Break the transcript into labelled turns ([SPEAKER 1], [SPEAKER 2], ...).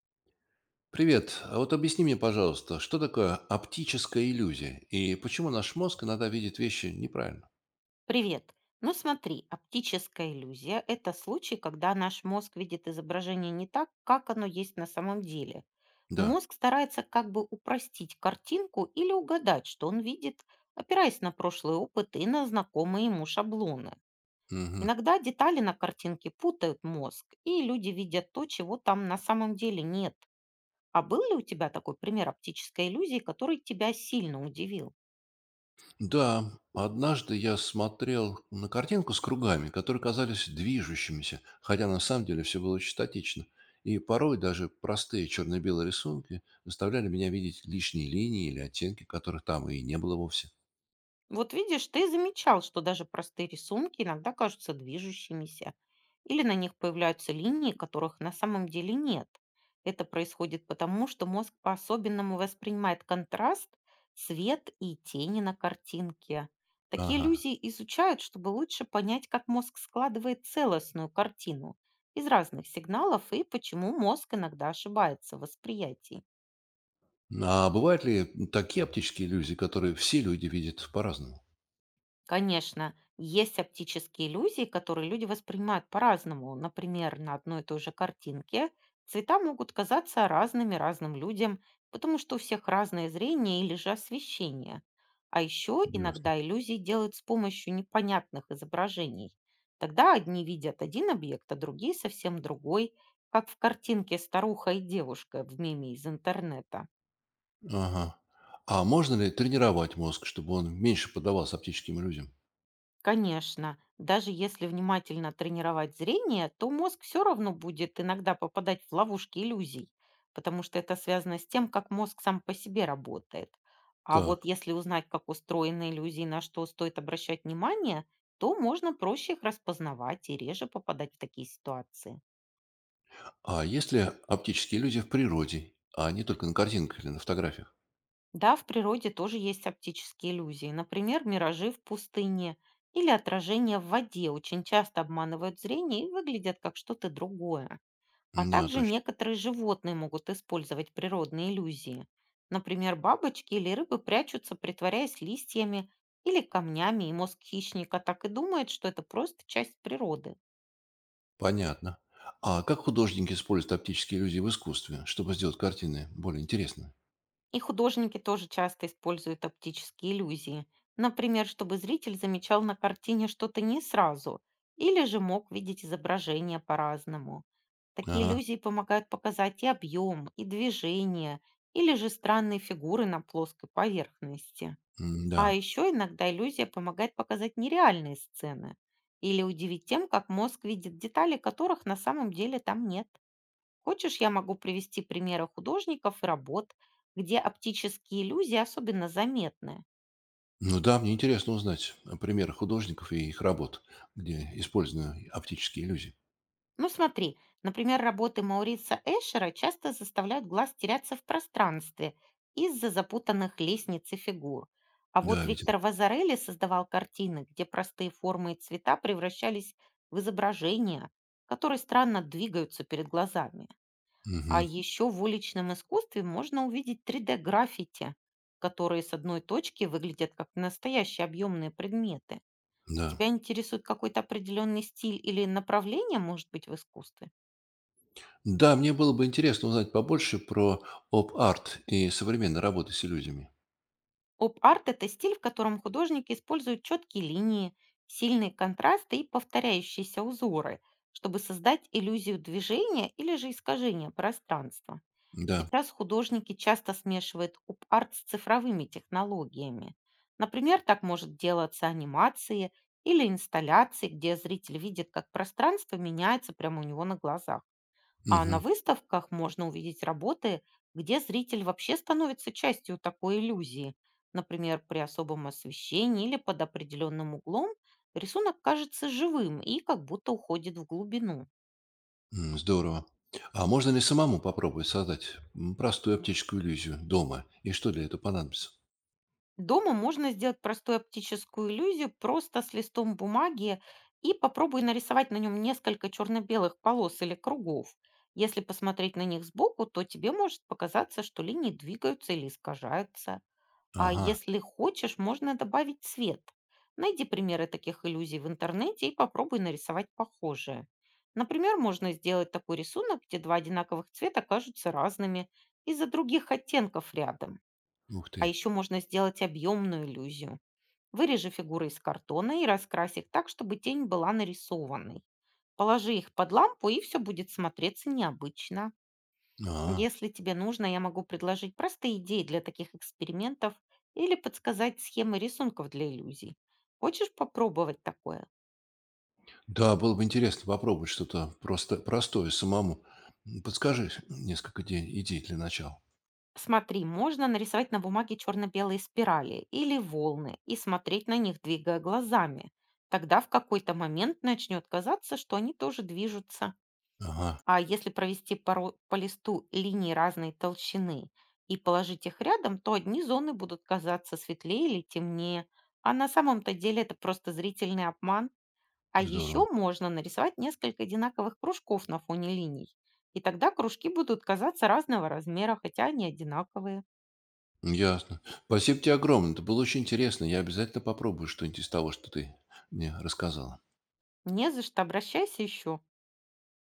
[SPEAKER 1] Привет. А вот объясни мне, пожалуйста, что такое оптическая иллюзия и почему наш мозг иногда видит вещи неправильно?
[SPEAKER 2] Привет. Ну смотри, оптическая иллюзия– это случай, когда наш мозг видит изображение не так, как оно есть на самом деле.
[SPEAKER 1] Да.
[SPEAKER 2] Мозг старается как бы упростить картинку или угадать, что он видит, опираясь на прошлый опыт и на знакомые ему шаблоны.
[SPEAKER 1] Мгм.
[SPEAKER 2] Иногда детали на картинке путают мозг, и люди видят то, чего там на самом деле нет. А был ли у тебя такой пример оптической иллюзии, который тебя сильно удивил?
[SPEAKER 1] Да, однажды я смотрел на картинку с кругами, которые казались движущимися, хотя на самом деле все было очень статично. И порой даже простые черно-белые рисунки заставляли меня видеть лишние линии или оттенки, которых там и не было вовсе.
[SPEAKER 2] Вот видишь, ты замечал, что даже простые рисунки иногда кажутся движущимися, или на них появляются линии, которых на самом деле нет. Это происходит потому, что мозг по-особенному воспринимает контраст, свет и тени на картинке. Такие
[SPEAKER 1] Ага.
[SPEAKER 2] иллюзии изучают, чтобы лучше понять, как мозг складывает целостную картину из разных сигналов и почему мозг иногда ошибается в восприятии.
[SPEAKER 1] А бывают ли такие оптические иллюзии, которые все люди видят по-разному?
[SPEAKER 2] Конечно, есть оптические иллюзии, которые люди воспринимают по-разному. Например, на одной и той же картинке цвета могут казаться разными разным людям, потому что у всех разное зрение или же освещение. А еще
[SPEAKER 1] Да.
[SPEAKER 2] иногда иллюзии делают с помощью непонятных изображений. Тогда одни видят один объект, а другие совсем другой, как в картинке «Старуха и девушка» в меме из интернета.
[SPEAKER 1] Ага. А можно ли тренировать мозг, чтобы он меньше поддавался оптическим иллюзиям?
[SPEAKER 2] Конечно, даже если внимательно тренировать зрение, то мозг все равно будет иногда попадать в ловушки иллюзий, потому что это связано с тем, как мозг сам по себе работает. А вот
[SPEAKER 1] Так.
[SPEAKER 2] если узнать, как устроены иллюзии, на что стоит обращать внимание, то можно проще их распознавать и реже попадать в такие ситуации.
[SPEAKER 1] А есть ли оптические иллюзии в природе, а не только на картинках или на фотографиях?
[SPEAKER 2] Да, в природе тоже есть оптические иллюзии, например, миражи в пустыне или отражения в воде очень часто обманывают зрение и выглядят как что-то другое. А
[SPEAKER 1] Да,
[SPEAKER 2] также
[SPEAKER 1] точно.
[SPEAKER 2] некоторые животные могут использовать природные иллюзии. Например, бабочки или рыбы прячутся, притворяясь листьями или камнями, и мозг хищника так и думает, что это просто часть природы.
[SPEAKER 1] Понятно. А как художники используют оптические иллюзии в искусстве, чтобы сделать картины более интересными?
[SPEAKER 2] И художники тоже часто используют оптические иллюзии. Например, чтобы зритель замечал на картине что-то не сразу, или же мог видеть изображение по-разному. Такие
[SPEAKER 1] Ага.
[SPEAKER 2] иллюзии помогают показать и объем, и движение, или же странные фигуры на плоской поверхности. А
[SPEAKER 1] Да.
[SPEAKER 2] еще иногда иллюзия помогает показать нереальные сцены или удивить тем, как мозг видит детали, которых на самом деле там нет. Хочешь, я могу привести примеры художников и работ, где оптические иллюзии особенно заметны?
[SPEAKER 1] Ну да, мне интересно узнать о примерах художников и их работ, где использованы оптические иллюзии.
[SPEAKER 2] Ну смотри, например, работы Маурица Эшера часто заставляют глаз теряться в пространстве из-за запутанных лестниц и фигур. А вот
[SPEAKER 1] Да, видел.
[SPEAKER 2] Виктор Вазарелли создавал картины, где простые формы и цвета превращались в изображения, которые странно двигаются перед глазами. А
[SPEAKER 1] Мгм.
[SPEAKER 2] еще в уличном искусстве можно увидеть 3D-граффити, которые с одной точки выглядят как настоящие объемные предметы.
[SPEAKER 1] Да.
[SPEAKER 2] Тебя интересует какой-то определенный стиль или направление, может быть, в искусстве?
[SPEAKER 1] Да, мне было бы интересно узнать побольше про оп-арт и современные работы с иллюзиями.
[SPEAKER 2] Поп-арт– это стиль, в котором художники используют четкие линии, сильные контрасты и повторяющиеся узоры, чтобы создать иллюзию движения или же искажения пространства.
[SPEAKER 1] Да,
[SPEAKER 2] Сейчас художники часто смешивают поп-арт с цифровыми технологиями. Например, так может делаться анимации или инсталляции, где зритель видит, как пространство меняется прямо у него на глазах. А на
[SPEAKER 1] мгм.
[SPEAKER 2] выставках можно увидеть работы, где зритель вообще становится частью такой иллюзии. Например, при особом освещении или под определенным углом рисунок кажется живым и как будто уходит в глубину.
[SPEAKER 1] Здорово. А можно ли самому попробовать создать простую оптическую иллюзию дома? И что для этого понадобится?
[SPEAKER 2] Дома можно сделать простую оптическую иллюзию просто с листом бумаги и попробуй нарисовать на нем несколько черно-белых полос или кругов. Если посмотреть на них сбоку, то тебе может показаться, что линии двигаются или искажаются. А
[SPEAKER 1] Ага,
[SPEAKER 2] если хочешь, можно добавить цвет. Найди примеры таких иллюзий в интернете и попробуй нарисовать похожие. Например, можно сделать такой рисунок, где два одинаковых цвета кажутся разными из-за других оттенков рядом.
[SPEAKER 1] ух
[SPEAKER 2] А
[SPEAKER 1] ты.
[SPEAKER 2] еще можно сделать объемную иллюзию. Вырежи фигуры из картона и раскрась их так, чтобы тень была нарисованной. Положи их под лампу, и все будет смотреться необычно.
[SPEAKER 1] А,
[SPEAKER 2] Если тебе нужно, я могу предложить простые идеи для таких экспериментов или подсказать схемы рисунков для иллюзий. Хочешь попробовать такое?
[SPEAKER 1] да, было бы интересно попробовать что-то просто простое самому. Подскажи несколько идей для начала.
[SPEAKER 2] Смотри, можно нарисовать на бумаге черно-белые спирали или волны и смотреть на них, двигая глазами. Тогда в какой-то момент начнет казаться, что они тоже движутся.
[SPEAKER 1] Ага,
[SPEAKER 2] А если провести по листу линии разной толщины и положить их рядом, то одни зоны будут казаться светлее или темнее, а на самом-то деле это просто зрительный обман. А еще
[SPEAKER 1] здорово.
[SPEAKER 2] можно нарисовать несколько одинаковых кружков на фоне линий. И тогда кружки будут казаться разного размера, хотя они одинаковые.
[SPEAKER 1] Ясно. Спасибо тебе огромное. Это было очень интересно. Я обязательно попробую что-нибудь из того, что ты мне рассказала.
[SPEAKER 2] Не за что, обращайся еще.